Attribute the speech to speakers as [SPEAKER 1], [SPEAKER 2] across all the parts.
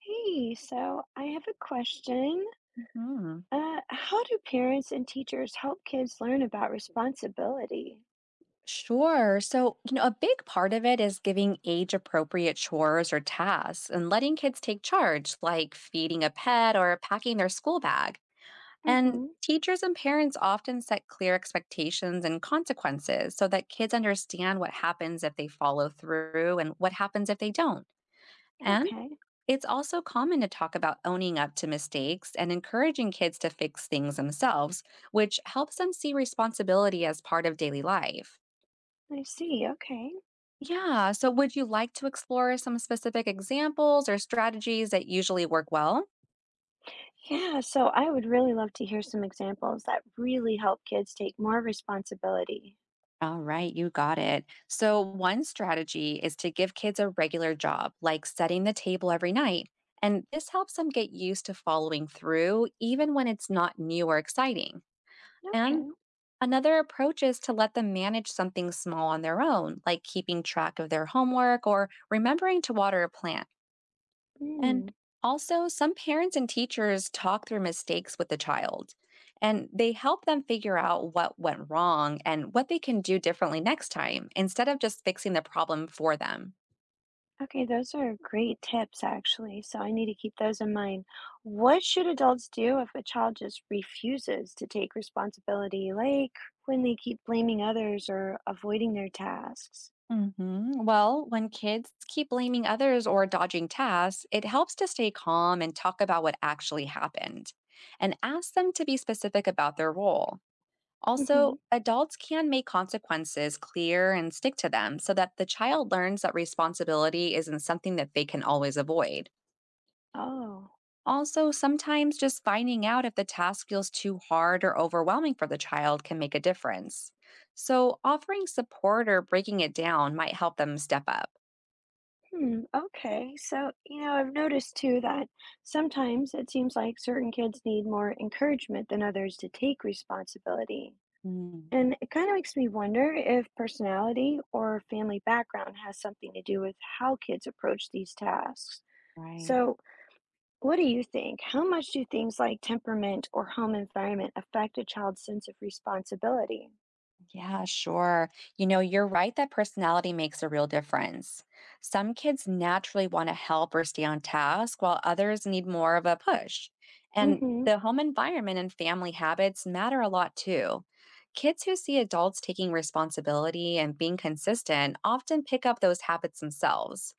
[SPEAKER 1] Hey, so I have a question.
[SPEAKER 2] Mhm.
[SPEAKER 1] How do parents and teachers help kids learn about responsibility?
[SPEAKER 2] Sure. So, you know, a big part of it is giving age appropriate chores or tasks and letting kids take charge, like feeding a pet or packing their school bag. And
[SPEAKER 1] Mm-hmm.
[SPEAKER 2] teachers and parents often set clear expectations and consequences so that kids understand what happens if they follow through and what happens if they don't. And
[SPEAKER 1] Okay,
[SPEAKER 2] it's also common to talk about owning up to mistakes and encouraging kids to fix things themselves, which helps them see responsibility as part of daily life.
[SPEAKER 1] I see. Okay.
[SPEAKER 2] Yeah. So, would you like to explore some specific examples or strategies that usually work well?
[SPEAKER 1] Yeah, so I would really love to hear some examples that really help kids take more responsibility.
[SPEAKER 2] All right, you got it. So, one strategy is to give kids a regular job, like setting the table every night. And this helps them get used to following through, even when it's not new or exciting. And
[SPEAKER 1] Okay.
[SPEAKER 2] another approach is to let them manage something small on their own, like keeping track of their homework or remembering to water a plant. And
[SPEAKER 1] Mm.
[SPEAKER 2] also, some parents and teachers talk through mistakes with the child, and they help them figure out what went wrong and what they can do differently next time instead of just fixing the problem for them.
[SPEAKER 1] Okay, those are great tips, actually. So I need to keep those in mind. What should adults do if a child just refuses to take responsibility, like when they keep blaming others or avoiding their tasks?
[SPEAKER 2] Mhm. Well, when kids keep blaming others or dodging tasks, it helps to stay calm and talk about what actually happened and ask them to be specific about their role.
[SPEAKER 1] Hmm.
[SPEAKER 2] Also, adults can make consequences clear and stick to them so that the child learns that responsibility isn't something that they can always avoid.
[SPEAKER 1] Oh,
[SPEAKER 2] Also, sometimes just finding out if the task feels too hard or overwhelming for the child can make a difference. So, offering support or breaking it down might help them step up.
[SPEAKER 1] hmm, okay. So, you know, I've noticed too that sometimes it seems like certain kids need more encouragement than others to take responsibility.
[SPEAKER 2] Mm,
[SPEAKER 1] And it kind of makes me wonder if personality or family background has something to do with how kids approach these tasks.
[SPEAKER 2] right.
[SPEAKER 1] So, what do you think? How much do things like temperament or home environment affect a child's sense of responsibility?
[SPEAKER 2] Yeah, sure. You know, you're right that personality makes a real difference. Some kids naturally want to help or stay on task, while others need more of a push. And
[SPEAKER 1] Mm-hmm.
[SPEAKER 2] the home environment and family habits matter a lot too. Kids who see adults taking responsibility and being consistent often pick up those habits themselves.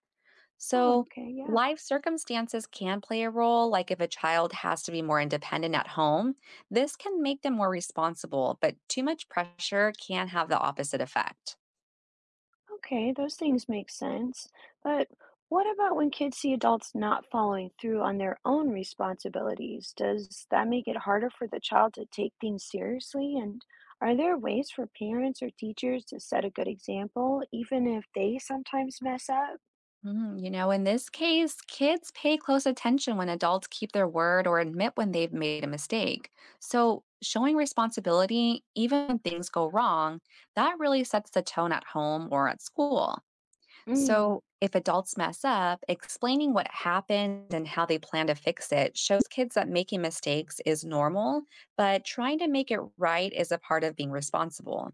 [SPEAKER 1] Oh,
[SPEAKER 2] So,
[SPEAKER 1] okay. Yeah.
[SPEAKER 2] life circumstances can play a role, like if a child has to be more independent at home, this can make them more responsible, but too much pressure can have the opposite effect.
[SPEAKER 1] Okay, those things make sense. But what about when kids see adults not following through on their own responsibilities? Does that make it harder for the child to take things seriously? And are there ways for parents or teachers to set a good example, even if they sometimes mess up?
[SPEAKER 2] Mm, you know, in this case, kids pay close attention when adults keep their word or admit when they've made a mistake. So, showing responsibility, even when things go wrong, that really sets the tone at home or at school.
[SPEAKER 1] Mm.
[SPEAKER 2] So, if adults mess up, explaining what happened and how they plan to fix it shows kids that making mistakes is normal, but trying to make it right is a part of being responsible.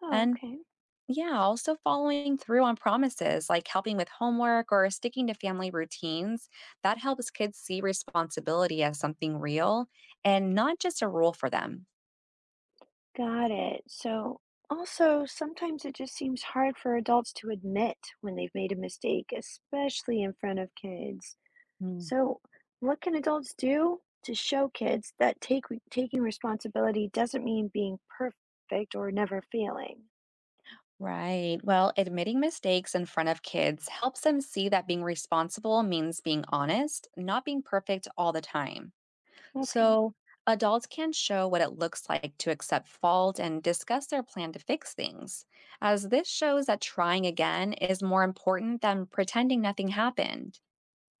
[SPEAKER 1] Oh,
[SPEAKER 2] And
[SPEAKER 1] okay.
[SPEAKER 2] yeah, also following through on promises like helping with homework or sticking to family routines, that helps kids see responsibility as something real and not just a rule for them.
[SPEAKER 1] Got it. So, also, sometimes it just seems hard for adults to admit when they've made a mistake, especially in front of kids. So, what can adults do to show kids that take taking responsibility doesn't mean being perfect or never failing?
[SPEAKER 2] Right. Well, admitting mistakes in front of kids helps them see that being responsible means being honest, not being perfect all the time.
[SPEAKER 1] Okay.
[SPEAKER 2] So, adults can show what it looks like to accept fault and discuss their plan to fix things, as this shows that trying again is more important than pretending nothing happened.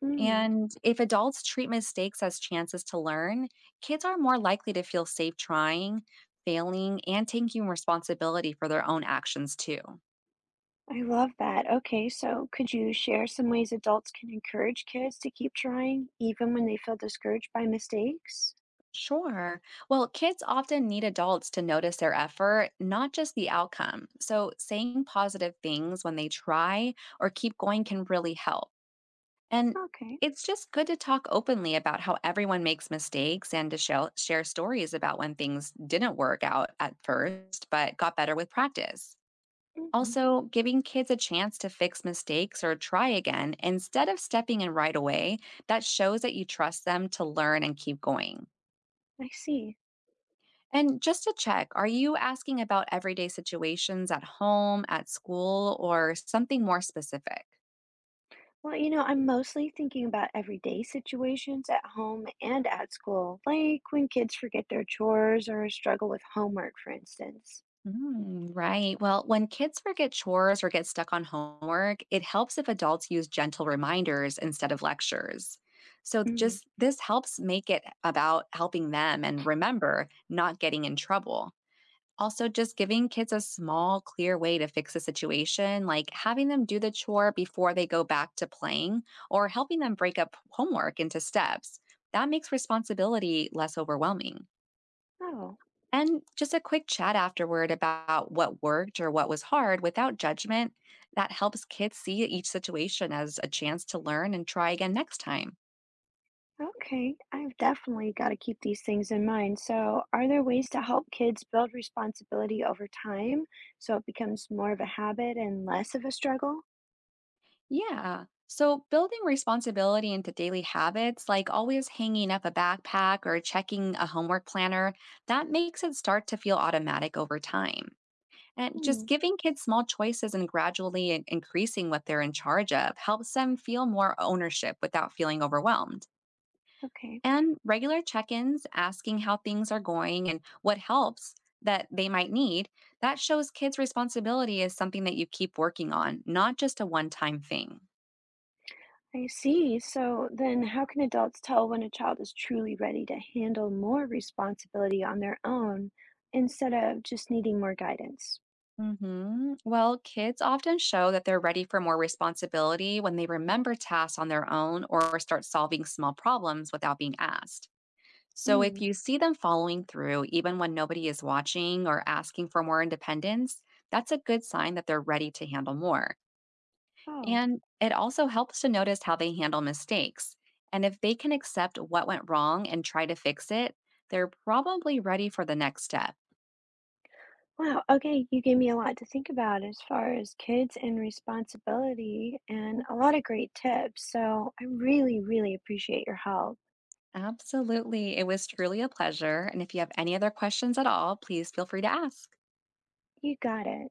[SPEAKER 1] Mm,
[SPEAKER 2] And if adults treat mistakes as chances to learn, kids are more likely to feel safe trying, failing, and taking responsibility for their own actions too.
[SPEAKER 1] I love that. Okay, so could you share some ways adults can encourage kids to keep trying even when they feel discouraged by mistakes?
[SPEAKER 2] Sure. Well, kids often need adults to notice their effort, not just the outcome. So, saying positive things when they try or keep going can really help. And
[SPEAKER 1] Okay.
[SPEAKER 2] it's just good to talk openly about how everyone makes mistakes and to show, share stories about when things didn't work out at first, but got better with practice.
[SPEAKER 1] Hmm.
[SPEAKER 2] Also, giving kids a chance to fix mistakes or try again instead of stepping in right away, that shows that you trust them to learn and keep going.
[SPEAKER 1] I see.
[SPEAKER 2] And just to check, are you asking about everyday situations at home, at school, or something more specific?
[SPEAKER 1] Well, you know, I'm mostly thinking about everyday situations at home and at school, like when kids forget their chores or struggle with homework, for instance.
[SPEAKER 2] Mm, right. Well, when kids forget chores or get stuck on homework, it helps if adults use gentle reminders instead of lectures. So,
[SPEAKER 1] Mm.
[SPEAKER 2] just this helps make it about helping them and remember not getting in trouble. Also, just giving kids a small, clear way to fix a situation, like having them do the chore before they go back to playing or helping them break up homework into steps, that makes responsibility less overwhelming.
[SPEAKER 1] Oh,
[SPEAKER 2] And just a quick chat afterward about what worked or what was hard without judgment, that helps kids see each situation as a chance to learn and try again next time.
[SPEAKER 1] okay. I've definitely got to keep these things in mind. So, are there ways to help kids build responsibility over time so it becomes more of a habit and less of a struggle?
[SPEAKER 2] Yeah. So building responsibility into daily habits, like always hanging up a backpack or checking a homework planner, that makes it start to feel automatic over time. And
[SPEAKER 1] Hmm,
[SPEAKER 2] just giving kids small choices and gradually increasing what they're in charge of helps them feel more ownership without feeling overwhelmed.
[SPEAKER 1] okay.
[SPEAKER 2] And regular check ins, asking how things are going and what helps that they might need, that shows kids' responsibility is something that you keep working on, not just a one time thing.
[SPEAKER 1] I see. So, then how can adults tell when a child is truly ready to handle more responsibility on their own instead of just needing more guidance?
[SPEAKER 2] Hmm. Well, kids often show that they're ready for more responsibility when they remember tasks on their own or start solving small problems without being asked. So,
[SPEAKER 1] Hmm.
[SPEAKER 2] if you see them following through, even when nobody is watching or asking for more independence, that's a good sign that they're ready to handle more.
[SPEAKER 1] Oh,
[SPEAKER 2] And it also helps to notice how they handle mistakes. And if they can accept what went wrong and try to fix it, they're probably ready for the next step.
[SPEAKER 1] wow, okay, you gave me a lot to think about as far as kids and responsibility and a lot of great tips. So I really, really appreciate your help.
[SPEAKER 2] Absolutely. It was truly a pleasure. And if you have any other questions at all, please feel free to ask.
[SPEAKER 1] You got it.